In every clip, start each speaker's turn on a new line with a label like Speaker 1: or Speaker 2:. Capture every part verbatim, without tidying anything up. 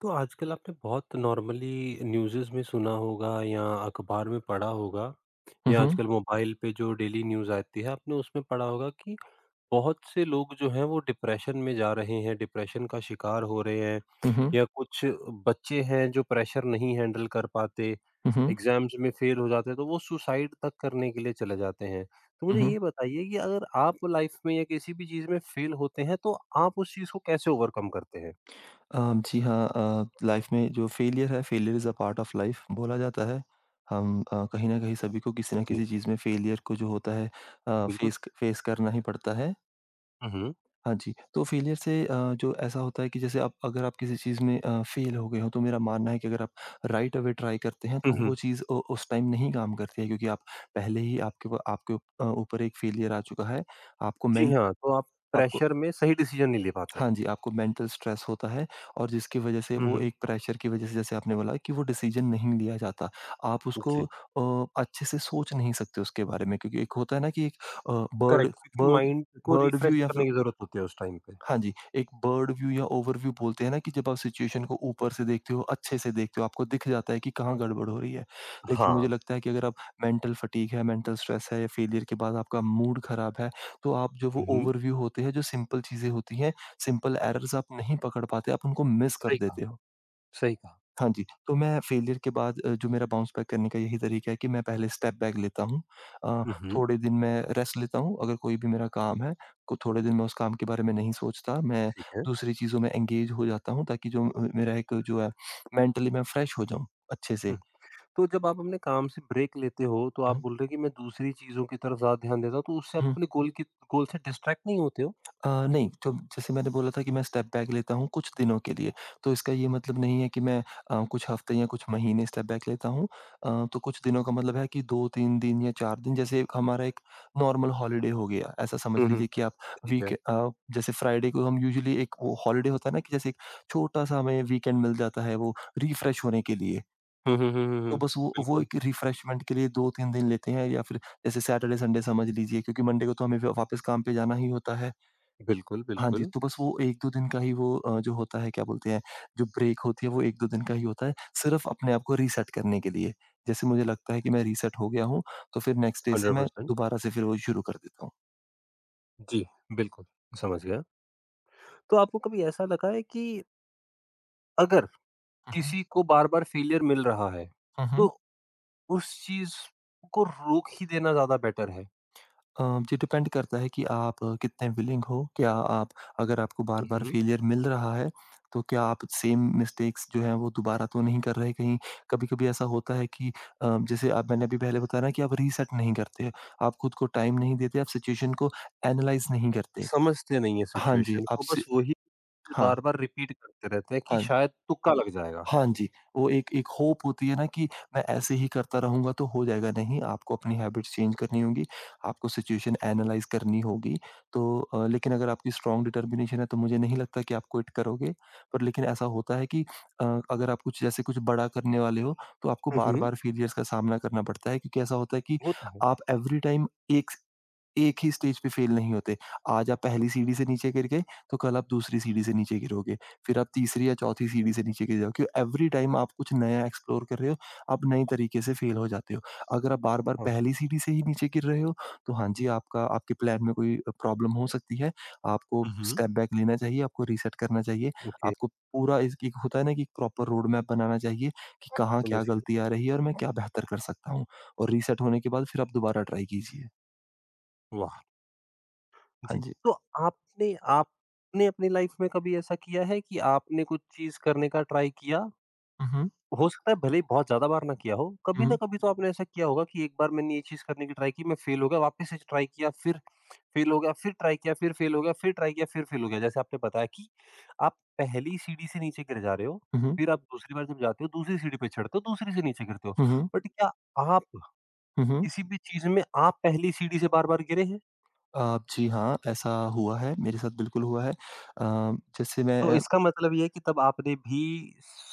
Speaker 1: तो आजकल आपने बहुत नॉर्मली न्यूज़ेज़ में सुना होगा या अखबार में पढ़ा होगा
Speaker 2: हुँ,
Speaker 1: या
Speaker 2: हुँ।
Speaker 1: आजकल मोबाइल पे जो डेली न्यूज़ आती है आपने उसमें पढ़ा होगा कि बहुत से लोग जो हैं वो डिप्रेशन में जा रहे हैं, डिप्रेशन का शिकार हो रहे हैं
Speaker 2: हुँ, हुँ।
Speaker 1: या कुछ बच्चे हैं जो प्रेशर नहीं हैंडल कर पाते,
Speaker 2: हुँ, हुँ।
Speaker 1: एग्ज़ाम्स में फ़ेल हो जाते हैं तो वो सुसाइड तक करने के लिए चले जाते हैं। तो
Speaker 2: हुँ,
Speaker 1: मुझे
Speaker 2: हुँ।
Speaker 1: ये बताइए कि अगर आप लाइफ़ में या किसी भी चीज़ में फ़ेल होते हैं तो आप उस चीज़ को कैसे ओवरकम करते हैं?
Speaker 2: अ, जी हाँ, अ, लाइफ़ में जो फेलियर है, failure is a part of life बोला जाता है। हम अ, कहीं न कहीं सभी को किसी न
Speaker 1: जी,
Speaker 2: किसी चीज़ में फेलियर को जो होता है, अ,
Speaker 1: बिल्कुल स
Speaker 2: फेस फेस करना ही पड़ता है।
Speaker 1: हुँ, हुँ।
Speaker 2: हाँ जी, तो फेलियर से, अ, जो ऐसा होता है कि जैसे आप अगर आप किसी चीज़ में अ, फेल हो गए हो, तो मेरा मानना है कि अगर आप राइट अवे ट्राई करते हैं,
Speaker 1: हुँ,
Speaker 2: तो
Speaker 1: हुँ।
Speaker 2: वो चीज़ उ उस टाइम नहीं काम करती है, क्योंकि आप पहले ही आपके व आपके ऊप- अ, ऊपर एक फेलियर आ चुका है। आपको
Speaker 1: जी
Speaker 2: मेंट
Speaker 1: हाँ, तो
Speaker 2: आप
Speaker 1: आप
Speaker 2: आपको
Speaker 1: प्रेशर में सही डिसीज़न नहीं ले पाते।
Speaker 2: हाँ जी, आपको मेंटल स्ट्रेस होता है और जिसकी वज़ह से
Speaker 1: हुँ,
Speaker 2: वो,
Speaker 1: हुँ।
Speaker 2: एक प्रेशर की वज़ह से, जैसे आपने बोला, कि वो डिसीज़न नहीं लिया जाता। आप उसको
Speaker 1: जी,
Speaker 2: अ, अच्छे से सोच नहीं सकते उसके बारे में, क्योंकि एक होता है ना, कि एक अ, बर्ड
Speaker 1: करेक्ट क्योंकि
Speaker 2: बर्ड
Speaker 1: माइंड को
Speaker 2: बर्ड
Speaker 1: रिफ्रेश
Speaker 2: व्यू या,
Speaker 1: करने की ज़रूरत होती है उस टाइम पे।
Speaker 2: हाँ जी, एक बर्ड व्यू या ओवरव्यू बोलते हैं ना, कि जब आप सिचुएशन को ऊपर से देखते हो, अच्छे से देखते हो, आपको दिख जाता है कि कहाँ गड़बड़ हो रही है। लेकिन
Speaker 1: हाँ।
Speaker 2: मुझे लगता है कि अगर आप, मेंटल फटीग है, मेंटल स्ट्रेस है या फेलियर के बाद आपका मूड खराब है, तो आप जो वो
Speaker 1: हुँ, हुँ।
Speaker 2: ओवरव्यू होते हैं, जो सिंपल चीज़ें होती हैं, सिंपल एरर्स आप नहीं पकड़ पाते, आप उनको मिस कर
Speaker 1: सही कहा,
Speaker 2: देते हो।
Speaker 1: सही कहा।
Speaker 2: हाँ जी, तो मैं फेलियर के बाद, अ, जो मेरा बाउंस बैक करने का यही तरीका है कि मैं पहले स्टेप बैक लेता हूँ। अ,
Speaker 1: हुँ, हुँ।
Speaker 2: थोड़े दिन मैं रेस्ट लेता हूँ, अगर कोई भी मेरा काम है, को थोड़े दिन मैं उस काम के बारे में नहीं सोचता, मैं
Speaker 1: ठीक है।
Speaker 2: दूसरी चीज़ों में एंगेज हो जाता हूँ, ताकि जो अ, मेरा एक जो है, मेंटली मैं फ्रेश हो जाऊँ अच्छे से।
Speaker 1: हुँ, तो जब आप अपने काम से ब्रेक लेते हो, तो आप
Speaker 2: हुँ,
Speaker 1: बोल रहे हो कि मैं दूसरी चीज़ों की तरफ ज़्यादा ध्यान देता हूँ, तो उससे आप
Speaker 2: हुँ।
Speaker 1: अपने गोल की गोल से डिस्ट्रैक्ट नहीं होते हो?
Speaker 2: अ, नहीं, जो जैसे मैंने बोला था कि मैं स्टेप बैक लेता हूँ कुछ दिनों के लिए, तो इसका ये मतलब नहीं है कि मैं अ, कुछ हफ्ते या कुछ महीने स्टेप बैक लेता हूँ। अ, तो कुछ दिनों का मतलब है कि दो तीन दिन या चार दिन, जैसे हमारा एक नॉर्मल हॉलिडे हो गया। ऐसा समझ
Speaker 1: हुँ, हुँ।
Speaker 2: लीजिए कि आप
Speaker 1: ठीक है।
Speaker 2: वीक अ, जैसे फ्राइडे को हम यूजुअली, एक वो हॉलिडे होता है ना, कि जैसे एक छोटा-सा हमें वीकेंड मिल जाता है, वो रिफ्रेश होने के लिए।
Speaker 1: हुँ, हुँ, हुँ, हुँ,
Speaker 2: तो
Speaker 1: हुँ।
Speaker 2: बस वो वो
Speaker 1: बिल्कुल,
Speaker 2: एक रिफ्रेशमेंट के लिए दो तीन दिन लेते हैं, या फिर जैसे सैटरडे, संडे समझ लीजिए, क्योंकि मंडे को तो हमें व वापस काम पे जाना ही होता है।
Speaker 1: बिल्कुल,
Speaker 2: हाँ जी,
Speaker 1: बिल्कुल,
Speaker 2: तो बस वो एक दो दिन का ही, वो अ, जो होता है, क्या बोलते हैं, जो ब्रेक होती है, वो एक दो दिन का ही होता है, सिर्फ़ अपने आप को रीसेट करने के लिए। जैसे मुझे लगता है कि मैं रीसेट हो गया हूँ, तो फिर नेक्स्ट डे से मैं
Speaker 1: हंड्रेड परसेंट
Speaker 2: दोबारा से फिर वो शुरू कर देता हूँ।
Speaker 1: जी, बिल्कुल, समझ गया। तो आपको कभी ऐसा लगा है कि अगर
Speaker 2: हुँ,
Speaker 1: किसी
Speaker 2: हुँ।
Speaker 1: को बार-बार फेलियर मिल रहा है,
Speaker 2: हुँ, हुँ।
Speaker 1: तो उस चीज़ को रोक ही देना ज़्यादा बेटर है।
Speaker 2: अ, जी, डिपेंड करता है कि आप अ, कितने विलिंग हो। क्या आप अगर आपको
Speaker 1: हुँ,
Speaker 2: बार-बार
Speaker 1: हुँ।
Speaker 2: फेलियर मिल रहा है, तो क्या आप सेम मिस्टेक्स जो हैं, वो दोबारा तो नहीं कर रहे कहीं? कभी-कभी ऐसा होता है कि, अ, जैसे आप मैंने अभी पहले बताया ना, कि आप रीसेट नहीं करते। आप खुद को टाइम नहीं देते, आप सिचुएशन को एनालाइज़ नहीं करते।
Speaker 1: समझते नहीं है
Speaker 2: हाँ जी,
Speaker 1: सिचुएशन
Speaker 2: आप
Speaker 1: को,
Speaker 2: सि
Speaker 1: बस वही चीज़
Speaker 2: हाँ,
Speaker 1: बार-बार रिपीट करते रहते हैं कि
Speaker 2: हाँ।
Speaker 1: शायद तुक्का लग जाएगा।
Speaker 2: हाँ जी, वो एक एक होप होती है ना, कि मैं ऐसे ही करता रहूँगा तो हो जाएगा, नहीं, आपको अपनी हैबिट्स चेंज करनी होंगी, आपको सिचुएशन एनालाइज़ करनी होगी। तो अ, लेकिन अगर आपकी स्ट्रॉन्ग डिटर्मिनेशन है, तो मुझे नहीं लगता कि आप क्विट करोगे। पर लेकिन ऐसा होता है कि, अ, अगर आप कुछ जैसे कुछ बड़ा करने वाले हो, तो आपको
Speaker 1: हुँ, हुँ।
Speaker 2: बार-बार फेलियर्स का सामना करना पड़ता है, क्योंकि ऐसा होता है कि
Speaker 1: वो तो है,
Speaker 2: आप एवरी टाइम एक एक ही स्टेज पे फेल नहीं होते। आज आप पहली सीढ़ी से नीचे गिर गए, तो कल आप दूसरी सीढ़ी से नीचे गिरोगे, फिर आप तीसरी या चौथी सीढ़ी से नीचे गिर जाओगे। क्योंकि एवरी टाइम आप कुछ नया एक्सप्लोर कर रहे हो, आप नए तरीके से फेल हो जाते हो। अगर आप बार-बार
Speaker 1: हाँ।
Speaker 2: पहली सीढ़ी से ही नीचे गिर रहे हो, तो हाँ जी, आपका आपके प्लान में कोई प्रॉब्लम हो सकती है। आपको
Speaker 1: हुँ, हुँ।
Speaker 2: स्टेप बैक लेना चाहिए, आपको रीसेट करना चाहिए,
Speaker 1: ओके,
Speaker 2: आपको पूरा एक एक होता है ना, कि प्रॉपर रोड मैप बनाना चाहिए, कि कहाँ
Speaker 1: समझ
Speaker 2: क्या
Speaker 1: गया।
Speaker 2: गलती आ रही है और मैं क्या बेहतर कर सकता हूँ। और रीसेट होने के बाद फिर आप दोबारा ट्राई कीजिए।
Speaker 1: वाह!
Speaker 2: हाँ
Speaker 1: जी,
Speaker 2: जी।
Speaker 1: तो आपने आपने अपनी लाइफ़ में कभी ऐसा किया है कि आपने कुछ चीज़ करने का ट्राई किया?
Speaker 2: हुँ, हुँ,
Speaker 1: हो सकता है भले ही बहुत ज़्यादा बार ना किया हो, कभी ना
Speaker 2: हुँ,
Speaker 1: कभी तो आपने ऐसा किया होगा कि एक बार मैंने ये चीज़ करने की ट्राई की, मैं फेल हो गया, वापस से ट्राई किया, फिर फेल हो गया, फिर ट्राई किया, फिर फेल हो गया, फिर ट्राई किया, फिर फेल हो गया। जैसे आपने बताया कि आप पहली सीढ़ी से नीचे गिर जा रहे हो,
Speaker 2: हुँ,
Speaker 1: फिर आप दूसरी बार जब जाते हो, दूसरी सीढ़ी पे चढ़ते हो, दूसरी से नीचे गिरते हो।
Speaker 2: हुँ, हुँ,
Speaker 1: बट क्या आप
Speaker 2: हुँ, हुँ।
Speaker 1: किसी भी चीज़ में आप पहली सीढ़ी से बार-बार गिरे हैं?
Speaker 2: अ, जी हाँ, ऐसा हुआ है, मेरे साथ बिल्कुल हुआ है। अ, जैसे
Speaker 1: तो
Speaker 2: मैं
Speaker 1: इसका मतलब ये है कि तब आपने भी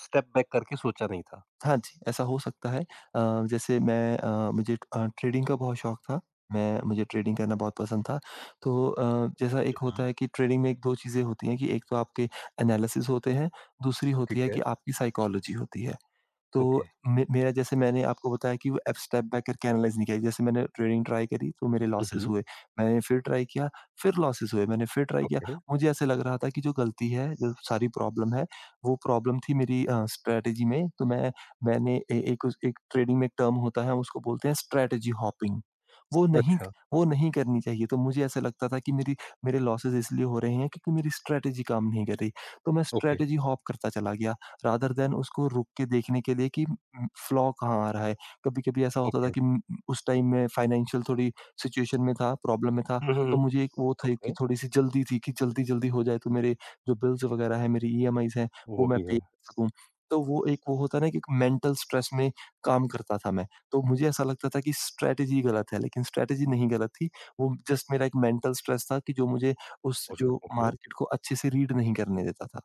Speaker 1: स्टेप बैक करके सोचा नहीं था।
Speaker 2: हाँ जी, ऐसा हो सकता है। अ, जैसे मैं अ, मुझे अ, ट्रेडिंग का बहुत शौक था। मैं मुझे ट्रेडिंग करना बहुत पसंद था। तो अ, जैसा एक
Speaker 1: हुँ,
Speaker 2: होता
Speaker 1: हुँ।
Speaker 2: है कि ट्रेडिंग में एक दो चीज़ें होती हैं, कि एक तो आपके एनालिसिस होते हैं, दूसरी
Speaker 1: ठीक
Speaker 2: होती है
Speaker 1: है।
Speaker 2: कि आपकी साइकोलॉजी होती है।
Speaker 1: ओके।
Speaker 2: तो मे मेरा, जैसे मैंने आपको बताया कि वो एप स्टेप बैक करके एनालाइज़ नहीं किया। जैसे मैंने ट्रेडिंग ट्राई करी तो मेरे
Speaker 1: हुँ,
Speaker 2: लॉसेस
Speaker 1: हुँ।
Speaker 2: हुए। मैंने फिर ट्राई किया, फिर लॉसेस हुए। मैंने फिर ट्राई किया,
Speaker 1: ओके।
Speaker 2: मुझे ऐसे लग रहा था कि जो गलती है, जो सारी प्रॉब्लम है, वो प्रॉब्लम थी मेरी अ, स्ट्रैटेजी में। तो मैं मैंने ए एक उस एक ट्रेडिंग में एक टर्म होता है, हम उसको बोलते हैं स्ट्रैटेजी हॉपिंग। वो नहीं
Speaker 1: अच्छा,
Speaker 2: वो नहीं करनी चाहिए। तो मुझे ऐसा लगता था कि मेरी मेरे लॉसेस इसलिए हो रहे हैं, क्योंकि मेरी स्ट्रैटेजी काम नहीं कर रही। तो मैं
Speaker 1: ओके,
Speaker 2: स्ट्रैटेजी हॉप करता चला गया। रादर देन उसको रुक के देखने के लिए, कि उम, फ्लॉ कहाँ आ रहा है। कभी-कभी ऐसा होता था
Speaker 1: ओके।
Speaker 2: कि, उम, उस टाइम मैं फाइनेंशियल थोड़ी सिचुएशन में था, प्रॉब्लम में था,
Speaker 1: हुँ, हुँ,
Speaker 2: तो
Speaker 1: हुँ।
Speaker 2: मुझे एक वो थी कि
Speaker 1: ओके,
Speaker 2: थोड़ी-सी जल्दी थी, कि जल्दी-जल्दी हो जाए, तो मेरे जो बिल्स वगैरह हैं, मेरी ईएमआईज़ हैं, वो
Speaker 1: वो
Speaker 2: मैं
Speaker 1: भी
Speaker 2: पे
Speaker 1: है।
Speaker 2: कर सकूँ। तो वो, एक वो होता है ना, कि एक मेंटल स्ट्रेस में काम करता था मैं। तो मुझे ऐसा लगता था कि स्ट्रैटेजी गलत है, लेकिन स्ट्रैटेजी नहीं गलत थी, वो जस्ट मेरा एक मेंटल स्ट्रेस था, कि जो मुझे उस
Speaker 1: उस
Speaker 2: जो
Speaker 1: ओके,
Speaker 2: मार्केट को अच्छे से रीड नहीं करने देता था।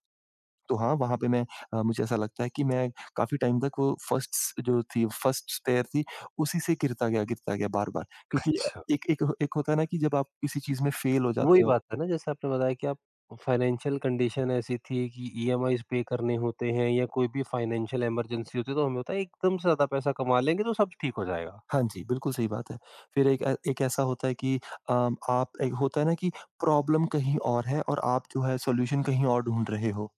Speaker 2: तो हाँ, वहाँ पे मैं अ, मुझे ऐसा लगता है कि मैं काफ़ी टाइम तक वो फर्स्ट्स जो थी, फर्स्ट स्टेयर थी, उसी से गिरता गया, गिरता गया बार-बार, क्योंकि अ,
Speaker 1: अच्छा।
Speaker 2: एक एक एक होता है ना, कि जब आप किसी चीज़ में फेल हो
Speaker 1: वही
Speaker 2: जाते हो।
Speaker 1: बात है ना जैसे आपने बताया कि आप फाइनेंशियल कंडीशन ऐसी थी कि ईएमआईज़ पे करने होते हैं या कोई भी फाइनेंशियल इमरजेंसी होती है तो हमें होता है एकदम से ज़्यादा पैसा कमा लेंगे तो सब ठीक हो जाएगा।
Speaker 2: हाँ जी, बिल्कुल सही बात है। फिर एक अ, एक ऐसा होता है कि, अम, आप एक होता है ना, कि प्रॉब्लम कहीं और है, और आप जो है सॉल्यूशन कहीं और ढूँढ रहे हो।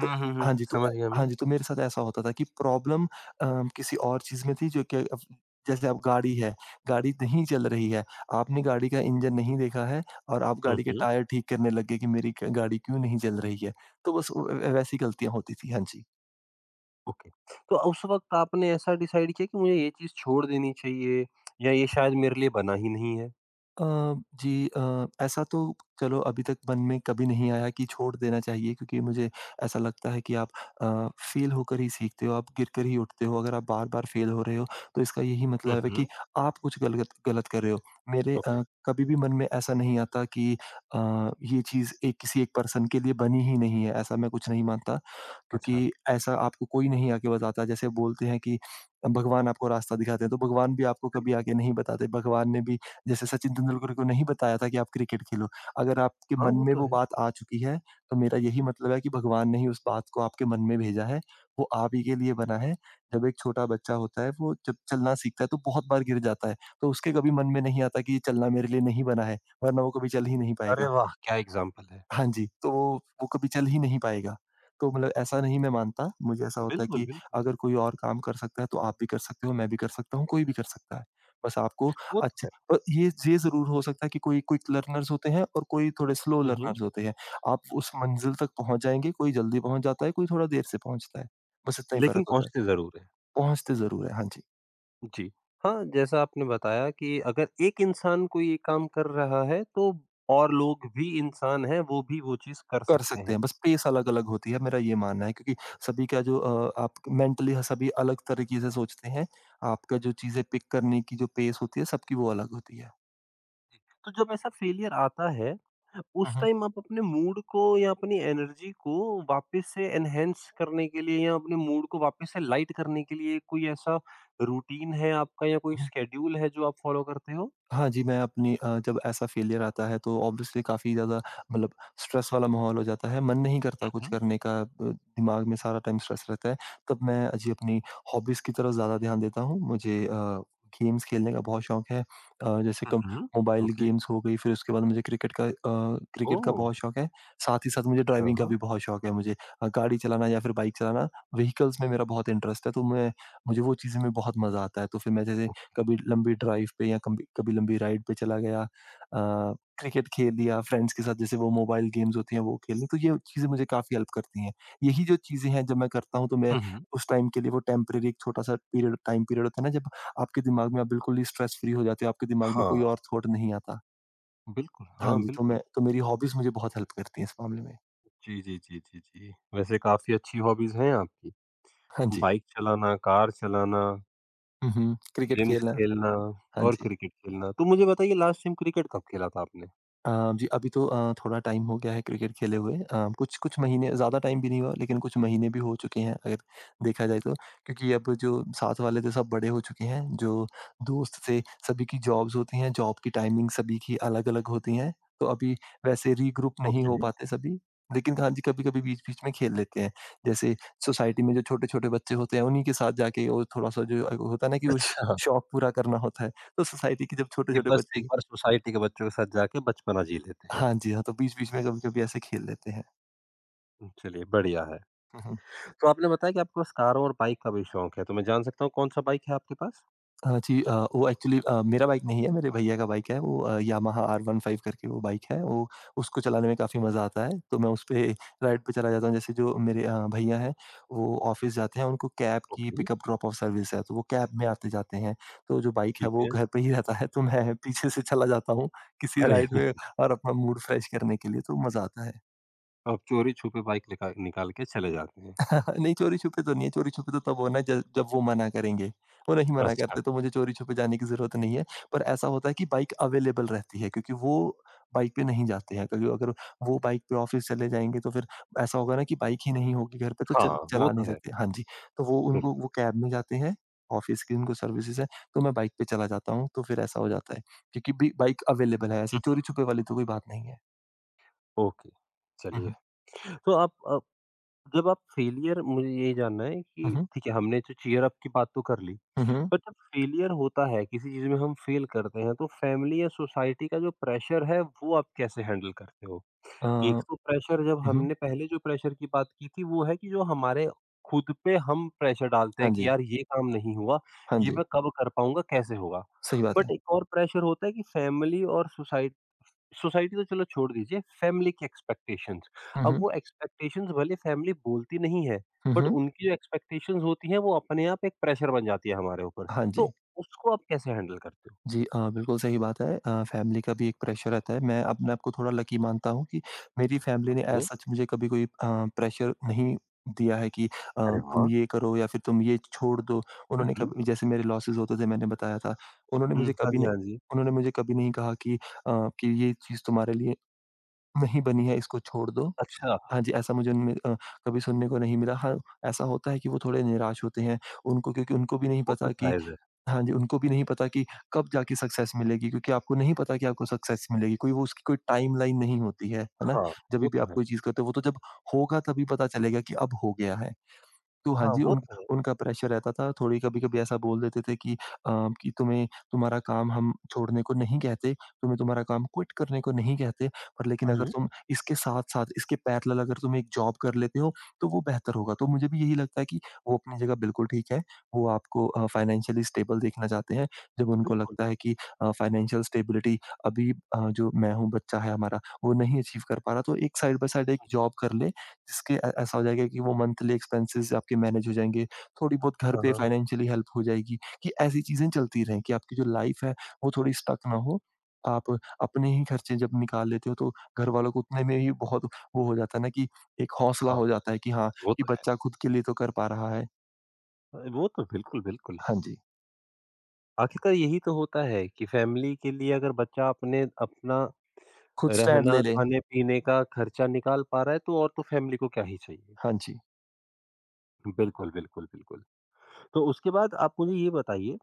Speaker 2: तो
Speaker 1: हुँ, हुँ, हुँ।
Speaker 2: हाँ जी, तो अ,
Speaker 1: समझ गया मैं।
Speaker 2: हाँ जी, तो मेरे साथ ऐसा होता था कि प्रॉब्लम अ, किसी और चीज़ में थी, जो कि अब, जैसे अब गाड़ी है, गाड़ी नहीं चल रही है, आपने गाड़ी का इंजन नहीं देखा है और आप
Speaker 1: हुँ,
Speaker 2: गाड़ी के
Speaker 1: हुँ।
Speaker 2: टायर ठीक करने लग गए, कि मेरी क गाड़ी क्यों नहीं चल रही है। तो बस व वैसी गलतियाँ होती थी। हाँ जी।
Speaker 1: ओके। तो उस वक़्त आपने ऐसा डिसाइड किया कि मुझे ये चीज़ छोड़ देनी चाहिए या ये शायद मेरे लिए बना ही नहीं है?
Speaker 2: अ, जी, अ, ऐसा तो, चलो अभी तक मन में कभी नहीं आया कि छोड़ देना चाहिए, क्योंकि मुझे ऐसा लगता है कि आप अ, फेल होकर ही सीखते हो, आप गिरकर ही उठते हो। अगर आप बार-बार फेल हो रहे हो, तो इसका यही
Speaker 1: हुँ,
Speaker 2: मतलब है
Speaker 1: हुँ।
Speaker 2: कि आप कुछ गलगत गलत कर रहे हो। मेरे
Speaker 1: ओके।
Speaker 2: अ, कभी भी मन में ऐसा नहीं आता कि, अ, ये चीज़ एक किसी एक पर्सन के लिए बनी ही नहीं है, ऐसा मैं कुछ नहीं मानता।
Speaker 1: अच्छा।
Speaker 2: क्योंकि ऐसा आपको कोई नहीं आके बताता, जैसे बोलते हैं कि भगवान आपको रास्ता दिखाते हैं, तो भगवान भी आपको कभी
Speaker 1: बिल्कुल,
Speaker 2: आके नहीं बताते। भगवान ने भी जैसे सचिन तेंदुलकर को नहीं बताया था कि आप क्रिकेट खेलो। अगर आपके
Speaker 1: हाँ,
Speaker 2: मन
Speaker 1: वो
Speaker 2: में
Speaker 1: तो
Speaker 2: वो
Speaker 1: है।
Speaker 2: बात आ चुकी है, तो मेरा यही मतलब है कि भगवान ने ही उस बात को आपके मन में भेजा है। वो आप ही के लिए बना है। जब एक छोटा बच्चा होता है, वो जब चलना सीखता है, तो बहुत बार गिर जाता है। तो उसके कभी मन में नहीं आता कि ये चलना मेरे लिए नहीं बना है, वरना वो कभी चल ही नहीं
Speaker 1: अरे
Speaker 2: पाएगा।
Speaker 1: वाह! क्या एग्ज़ाम्पल है।
Speaker 2: हाँ जी, तो वो वो कभी चल ही नहीं पाएगा। तो मतलब ऐसा नहीं मैं मानता, मुझे ऐसा होता है
Speaker 1: बिल्कुल,
Speaker 2: कि
Speaker 1: बिल्कुल।
Speaker 2: अगर कोई और काम कर सकता है, तो आप भी कर सकते हो, मैं भी कर सकता हूँ, कोई भी कर सकता है। बस आपको
Speaker 1: वो तो
Speaker 2: अच्छे
Speaker 1: है।
Speaker 2: अ, ये ये ज़रूर हो सकता है कि कोई क्विक लर्नर्स होते हैं और कोई थोड़े स्लो
Speaker 1: हुँ, हुँ।
Speaker 2: लर्नर्स होते हैं। आप उस मंज़िल तक पहुँच जाएँगे, कोई जल्दी पहुँच जाता है, कोई थोड़ा देर से पहुँचता है। बस इतना ही
Speaker 1: लेकिन
Speaker 2: फ़र्क होता है।
Speaker 1: पहुँचते ज़रूर हैं।
Speaker 2: पहुँचते ज़रूर हैं। हाँ जी।
Speaker 1: जी। हाँ, जैसा आपने बताया कि अगर एक इंसान कोई ये काम कर रहा है तो और लोग भी इंसान हैं, वो भी वो चीज़ कर
Speaker 2: कर
Speaker 1: सकते
Speaker 2: सकते
Speaker 1: हैं।
Speaker 2: हैं, बस पेस अलग-अलग होती है, मेरा ये मानना है क्योंकि सभी का जो अ, आप मेंटली सभी अलग तरीके से सोचते हैं, आपका जो चीज़ें पिक करने की जो पेस होती है, सबकी वो अलग होती है।
Speaker 1: तो जब ऐसा फ़ेलियर आता है,
Speaker 2: हुँ,
Speaker 1: उस
Speaker 2: हुँ।
Speaker 1: टाइम आप अपने मूड को या अपनी एनर्जी को वापस से एनहांस करने के लिए या अपने मूड को वापस से लाइट करने के लिए कोई ऐसा रूटीन है आपका या कोई शेड्यूल है जो आप फॉलो करते हो?
Speaker 2: हाँ जी, मैं अपनी अ, जब ऐसा फ़ेलियर आता है तो ऑब्वियसली काफ़ी ज़्यादा मतलब स्ट्रेस वाला माहौल हो जाता है, मन नहीं करता
Speaker 1: हुँ,
Speaker 2: कुछ
Speaker 1: हुँ।
Speaker 2: करने का अ, दिमाग में सारा टाइम स्ट्रेस रहता है। तब मैं जी अपनी हॉबीज़ की तरफ ज़्यादा ध्यान देता हूँ। मुझे अ, गेम्स खेलने का बहुत शौक है। अ, जैसे कम
Speaker 1: हुँ, हुँ।
Speaker 2: Mobile
Speaker 1: okay.
Speaker 2: गेम्स हो गई, फिर उसके बाद मुझे क्रिकेट का अ, क्रिकेट का
Speaker 1: ओह!
Speaker 2: बहुत शौक है। साथ ही साथ मुझे ड्राइविंग का
Speaker 1: अच्छा।
Speaker 2: भी बहुत शौक है मुझे अ, गाड़ी चलाना या फिर बाइक चलाना, व्हीकल्स में मेरा बहुत इंटरेस्ट है, तो मैं मुझे वो चीज़ें में बहुत मज़ा आता है। तो फिर मैं जैसे कभी लंबी ड्राइव पे या कभी कभी लंबी राइड पे चला गया अ, क्रिकेट खेल लिया फ्रेंड्स के साथ जैसे वो मोबाइल गेम्स होती हैं वो खेल ली तो ये चीज़ें मुझे काफ़ी हेल्प करती हैं। यही जो चीज़ें हैं जब मैं करता हूँ तो मैं
Speaker 1: हुँ, हुँ।
Speaker 2: उस टाइम के लिए वो टेम्परेरी एक छोटा-सा पीरियड टाइम पीरियड होता है ना जब आपके दिमाग में आप बिल्कुल ही स्ट्रेस फ्री हो जाते हो, आपके दिमाग में
Speaker 1: हाँ,
Speaker 2: कोई और थॉट नहीं आता।
Speaker 1: बिल्कुल।
Speaker 2: हाँ
Speaker 1: हाँ,
Speaker 2: जी, तो
Speaker 1: बिल्कुल।
Speaker 2: मैं तो मेरी हॉबीज़ मुझे बहुत हेल्प करती हैं इस मामले में।
Speaker 1: जी, जी, जी, जी, जी। वैसे काफ़ी अच्छी हॉबीज़ हैं आपकी।
Speaker 2: हाँ जी।
Speaker 1: बाइक चलाना, कार चलाना,
Speaker 2: हुँ, हुँ। क्रिकेट
Speaker 1: गेम्स
Speaker 2: खेलना।
Speaker 1: खेलना
Speaker 2: हाँ
Speaker 1: और
Speaker 2: जी।
Speaker 1: क्रिकेट खेलना। तो मुझे बताइए लास्ट टाइम क्रिकेट कब खेला था आपने?
Speaker 2: अ, जी, अभी तो अ, थोड़ा टाइम हो गया है क्रिकेट खेले हुए अ, कुछ कुछ महीने ज़्यादा टाइम भी नहीं हुआ लेकिन कुछ महीने भी हो चुके हैं अगर देखा जाए तो। क्योंकि अब जो साथ वाले थे सब बड़े हो चुके हैं, जो दोस्त थे सभी की जॉब्स होती हैं, जॉब की टाइमिंग सभी की अलग-अलग होती हैं, तो अभी वैसे रीग्रुप नहीं हो
Speaker 1: ओके,
Speaker 2: पाते सभी। लेकिन हाँ जी, कभी-कभी बीच-बीच में खेल लेते हैं। जैसे सोसाइटी में जो छोटे-छोटे बच्चे होते हैं उन्हीं के साथ जाके और थोड़ा-सा जो होता है ना कि वो श
Speaker 1: अच्छा।
Speaker 2: शौक पूरा करना होता है, तो सोसाइटी के जब
Speaker 1: ये
Speaker 2: छोटे-छोटे
Speaker 1: बस एक
Speaker 2: बच्चे
Speaker 1: बार सोसाइटी के बच्चों के साथ जाके बचपना जी लेते हैं।
Speaker 2: हाँ जी, हाँ, तो बीच-बीच में कभी-कभी ऐसे खेल लेते हैं।
Speaker 1: हुँ, चलिए बढ़िया है।
Speaker 2: हुँ, हुँ, हुँ।
Speaker 1: तो आपने बताया कि आपके पास कार और बाइक का भी शौक है, तो मैं जान सकता हूँ कौन-सा बाइक है आपके पास?
Speaker 2: हाँ जी अ, वो एक्चुअली अ, मेरा बाइक नहीं है, मेरे भैया का बाइक है। वो अ, यामाहा आर फिफ्टीन करके वो बाइक है, वो उसको चलाने में काफ़ी मज़ा आता है। तो मैं उस पे राइड पे चला जाता हूँ। जैसे जो मेरे अ, भैया हैं, वो ऑफ़िस जाते हैं, उनको कैब की
Speaker 1: ओके,
Speaker 2: पिकअप ड्रॉप-ऑफ सर्विस है, तो वो कैब में आते-जाते हैं। तो जो बाइक है,
Speaker 1: ठीक
Speaker 2: वो
Speaker 1: है।
Speaker 2: घर पे ही रहता है, तो मैं पीछे से चला जाता हूँ किसी
Speaker 1: अरे!
Speaker 2: राइड में और अपना मूड फ्रेश करने के लिए, तो मज़ा आता है।
Speaker 1: आप चोरी-छुपे बाइक निका निकाल के चले जाते हैं।
Speaker 2: हाँ, नहीं चोरी-छुपे तो नहीं है, चोरी-छुपे तो तब होना है ज जब वो मना करेंगे। वो नहीं मना
Speaker 1: अच्छा,
Speaker 2: करते तो मुझे चोरी-छुपे जाने की ज़रूरत नहीं है। पर ऐसा होता है कि बाइक अवेलेबल रहती है क्योंकि वो बाइक पे नहीं जाते हैं। क्योंकि अगर वो बाइक पे ऑफ़िस चले जाएँगे तो फिर ऐसा होगा ना कि बाइक ही नहीं होगी घर पे तो
Speaker 1: हाँ,
Speaker 2: च
Speaker 1: वो
Speaker 2: चला नहीं
Speaker 1: तो है।
Speaker 2: सकते। हाँ जी, तो वो
Speaker 1: बिल्कुल।
Speaker 2: उनको वो कैब में जाते हैं, ऑफ़िस की उनको सर्विसेज़ है, तो मैं बाइक पे चला जाता हूँ तो फिर ऐसा हो जाता है। क्योंकि बि बाइक अवेलेबल है ऐसे
Speaker 1: हुँ, हुँ।
Speaker 2: चोरी-छुपे वाली तो कोई बात नहीं है।
Speaker 1: ओके,
Speaker 2: हुँ,
Speaker 1: चलिए।
Speaker 2: हुँ।
Speaker 1: तो आप अ, जब आप फेलियर मुझे ये जानना है
Speaker 2: हुँ,
Speaker 1: कि
Speaker 2: हुँ।
Speaker 1: ठीक है हमने तो चीयर अप की बात तो कर ली।
Speaker 2: हुँ, हुँ।
Speaker 1: पर जब फेलियर होता है किसी चीज़ में हम फेल करते हैं तो फैमिली या सोसाइटी का जो प्रेशर है वो आप कैसे हैंडल करते हो?
Speaker 2: अ,
Speaker 1: एक तो प्रेशर जब
Speaker 2: हुँ, हुँ।
Speaker 1: हमने पहले जो प्रेशर की बात की थी वो है कि जो हमारे खुद पे हम प्रेशर डालते
Speaker 2: हाँ
Speaker 1: हैं कि
Speaker 2: जी,
Speaker 1: यार ये काम नहीं हुआ,
Speaker 2: हाँ
Speaker 1: ये
Speaker 2: जी।
Speaker 1: मैं कब कर पाऊँगा, कैसे होगा?
Speaker 2: सही बात है।
Speaker 1: बट एक और प्रेशर होता है कि फैमिली और सोसाइटी सोसाइटी तो चलो छोड़ दीजिए, फैमिली की एक्सपेक्टेशंस।
Speaker 2: हुँ,
Speaker 1: अब
Speaker 2: हुँ।
Speaker 1: वो एक्सपेक्टेशंस भले फैमिली बोलती नहीं है,
Speaker 2: हुँ,
Speaker 1: बट
Speaker 2: हुँ।
Speaker 1: उनकी जो एक्सपेक्टेशंस होती हैं वो अपने आप एक प्रेशर बन जाती है हमारे ऊपर।
Speaker 2: हाँ
Speaker 1: तो
Speaker 2: जी।
Speaker 1: उसको आप कैसे हैंडल करते हो?
Speaker 2: जी अ, बिल्कुल सही बात है अ, फ़ैमिली का भी एक प्रेशर रहता है। मैं अपने आप को थोड़ा लकी मानता हूँ कि मेरी फ़ैमिली ने एज़
Speaker 1: हुँ।
Speaker 2: सच मुझे कभी कोई अ, प्रेशर नहीं दिया है कि अ,
Speaker 1: अरे
Speaker 2: तुम
Speaker 1: वाह!
Speaker 2: ये करो या फिर तुम ये छोड़ दो।
Speaker 1: हुँ,
Speaker 2: उन्होंने
Speaker 1: हुँ।
Speaker 2: कभी जैसे मेरे लॉसेस होते थे मैंने बताया था। उन्होंने
Speaker 1: हुँ,
Speaker 2: मुझे
Speaker 1: हाँ
Speaker 2: कभी
Speaker 1: जी,
Speaker 2: नहीं
Speaker 1: हाँ जी।
Speaker 2: उन्होंने मुझे कभी नहीं कहा कि अ, कि ये चीज़ तुम्हारे लिए नहीं बनी है, इसको छोड़ दो।
Speaker 1: अच्छा,
Speaker 2: हाँ जी, ऐसा मुझे उनमें अ, कभी सुनने को नहीं मिला। हाँ, ऐसा होता है कि वो थोड़े निराश होते हैं। उनको क्योंकि उनको भी नहीं
Speaker 1: वो तो
Speaker 2: पता कि
Speaker 1: जायज़ है।
Speaker 2: हाँ जी, उनको भी नहीं पता कि कब जाके सक्सेस मिलेगी क्योंकि आपको नहीं पता कि आपको सक्सेस मिलेगी, कोई वो उसकी कोई टाइमलाइन नहीं होती है, है ना?
Speaker 1: हाँ, वो
Speaker 2: जभी भी
Speaker 1: तो
Speaker 2: आप
Speaker 1: है।
Speaker 2: कोई चीज़ करते हो वो तो जब होगा तभी पता चलेगा कि अब हो गया है। तो हाँ
Speaker 1: हाँ,
Speaker 2: जी,
Speaker 1: वो
Speaker 2: उन
Speaker 1: तो है।
Speaker 2: उनका प्रेशर रहता था, थोड़ी कभी-कभी ऐसा बोल देते थे कि अ, कि तुम्हें तुम्हारा काम हम छोड़ने को नहीं कहते, तुम्हें तुम्हारा काम क्विट करने को नहीं कहते, पर लेकिन
Speaker 1: हुँ,
Speaker 2: अगर
Speaker 1: हुँ।
Speaker 2: तुम इसके साथ-साथ, इसके पैरेलल अगर तुम एक जॉब कर लेते हो, तो वो बेहतर होगा। तो मुझे भी यही लगता है कि वो अपनी जगह बिल्कुल ठीक है, वो आपको अ, फाइनेंशियली स्टेबल देखना चाहते हैं, जब उनको
Speaker 1: बिल्कुल,
Speaker 2: लगता है कि
Speaker 1: बिल्कुल।
Speaker 2: अ, फाइनेंशियल स्टेबिलिटी अभी अ, जो मैं हूँ, बच्चा है हमारा, वो नहीं अचीव कर पा रहा, तो एक साइड बाय साइड एक जॉब कर ले जिसके अ, ऐसा हो जाएगा कि वो मंथली एक्सपेंसेस आपके मैनेज हो जाएँगे, थोड़ी बहुत घर
Speaker 1: हाँ,
Speaker 2: पे
Speaker 1: हाँ, हाँ।
Speaker 2: फाइनेंशियली हेल्प हो जाएगी, कि ऐसी चीज़ें चलती रहें कि आपकी जो लाइफ़ है वो थोड़ी स्टक ना हो। आप अपने ही खर्चे जब निकाल लेते हो तो घरवालों को उतने में ही बहुत वो हो जाता है ना कि एक हौसला
Speaker 1: हाँ,
Speaker 2: हो जाता है कि हाँ,
Speaker 1: वो
Speaker 2: कि
Speaker 1: तो है।
Speaker 2: बच्चा खुद के लिए तो कर पा रहा है।
Speaker 1: अ, वो तो बिल्कुल, बिल्कुल।
Speaker 2: हाँ जी,
Speaker 1: आखिरकार यही तो होता है कि फैमिली के लिए अगर बच्चा अपने अपना
Speaker 2: खुद स्टैंड
Speaker 1: रहना,
Speaker 2: ले लें।
Speaker 1: खाने-पीने का खर्चा निकाल पा रहा है तो और तो फैमिली को क्या ही चाहिए।
Speaker 2: हाँ जी।
Speaker 1: बिल्कुल, बिल्कुल, बिल्कुल। तो उसके बाद आप मुझे ये बताइए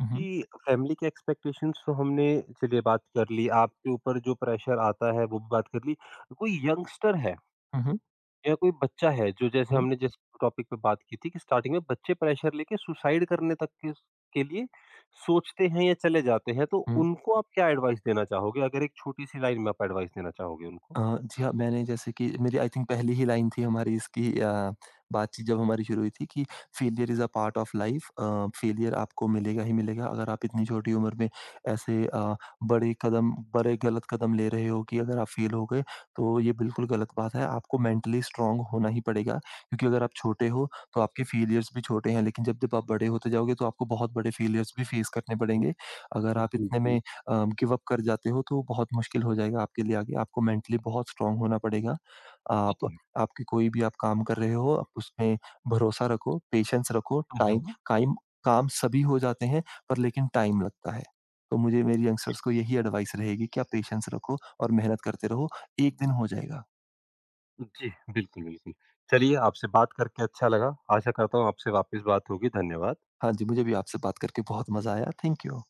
Speaker 2: हुँ, हुँ।
Speaker 1: फैमिली के एक्सपेक्टेशंस तो हमने चलिए बात कर ली, आपके ऊपर जो प्रेशर आता है वो भी बात कर ली। कोई यंगस्टर है
Speaker 2: हुँ, हुँ।
Speaker 1: या कोई बच्चा है जो जैसे
Speaker 2: हुँ,
Speaker 1: हमने जिस टॉपिक पे बात की थी कि स्टार्टिंग में बच्चे प्रेशर लेके सुसाइड करने तक के के लिए सोचते हैं या चले जाते हैं, तो
Speaker 2: हुँ।
Speaker 1: उनको आप क्या एडवाइस देना चाहोगे? अगर एक छोटी-सी लाइन में आप एडवाइस देना चाहोगे उनको?
Speaker 2: अ, जी हाँ, मैंने जैसे कि मेरी आई थिंक पहली ही लाइन थी हमारी इसकी अ, बातचीत जब हमारी शुरू हुई थी कि failure is a part of life uh, failure आपको मिलेगा ही मिलेगा अगर आप इतनी छोटी उम्र में ऐसे अ, बड़े कदम बड़े गलत कदम ले रहे हो कि अगर आप फेल हो गए तो ये बिल्कुल गलत बात है। आपको मेंटली स्ट्रांग होना ही पड़ेगा क्योंकि अगर आप छोटे हो तो आपके फेलियर्स भी छोटे हैं लेकिन जब-जब आप बड़े होते जाओगे तो आपको बहुत बड़े फेलियर्स भी फेस करने
Speaker 1: हुँ,
Speaker 2: पड़ेंगे। अगर आप
Speaker 1: जी,
Speaker 2: इतने
Speaker 1: जी।
Speaker 2: में अ, गिव अप कर जाते हो तो बहुत मुश्किल हो जाएगा आपके लिए आगे। आपको मेंटली बहुत स्ट्रॉन्ग होना पड़ेगा।
Speaker 1: वो तो
Speaker 2: आप
Speaker 1: है।
Speaker 2: आपके कोई भी आप काम कर रहे हो, आप उसमें भरोसा रखो, पेशेंस रखो,
Speaker 1: हुँ, हुँ,
Speaker 2: टाइम
Speaker 1: हुँ।
Speaker 2: काइम काम सभी हो जाते हैं पर लेकिन टाइम लगता है। तो मुझे मेरी यंगस्टर्स को यही एडवाइस रहेगी कि आप पेशेंस रखो और मेहनत करते रहो, एक दिन हो जाएगा।
Speaker 1: जी, बिल्कुल, बिल्कुल। चलिए आपसे बात करके अच्छा लगा। आशा करता हूँ आपसे वापस बात होगी। धन्यवाद।
Speaker 2: हाँ जी, मुझे भी आपसे बात करके बहुत मज़ा आया। Thank you.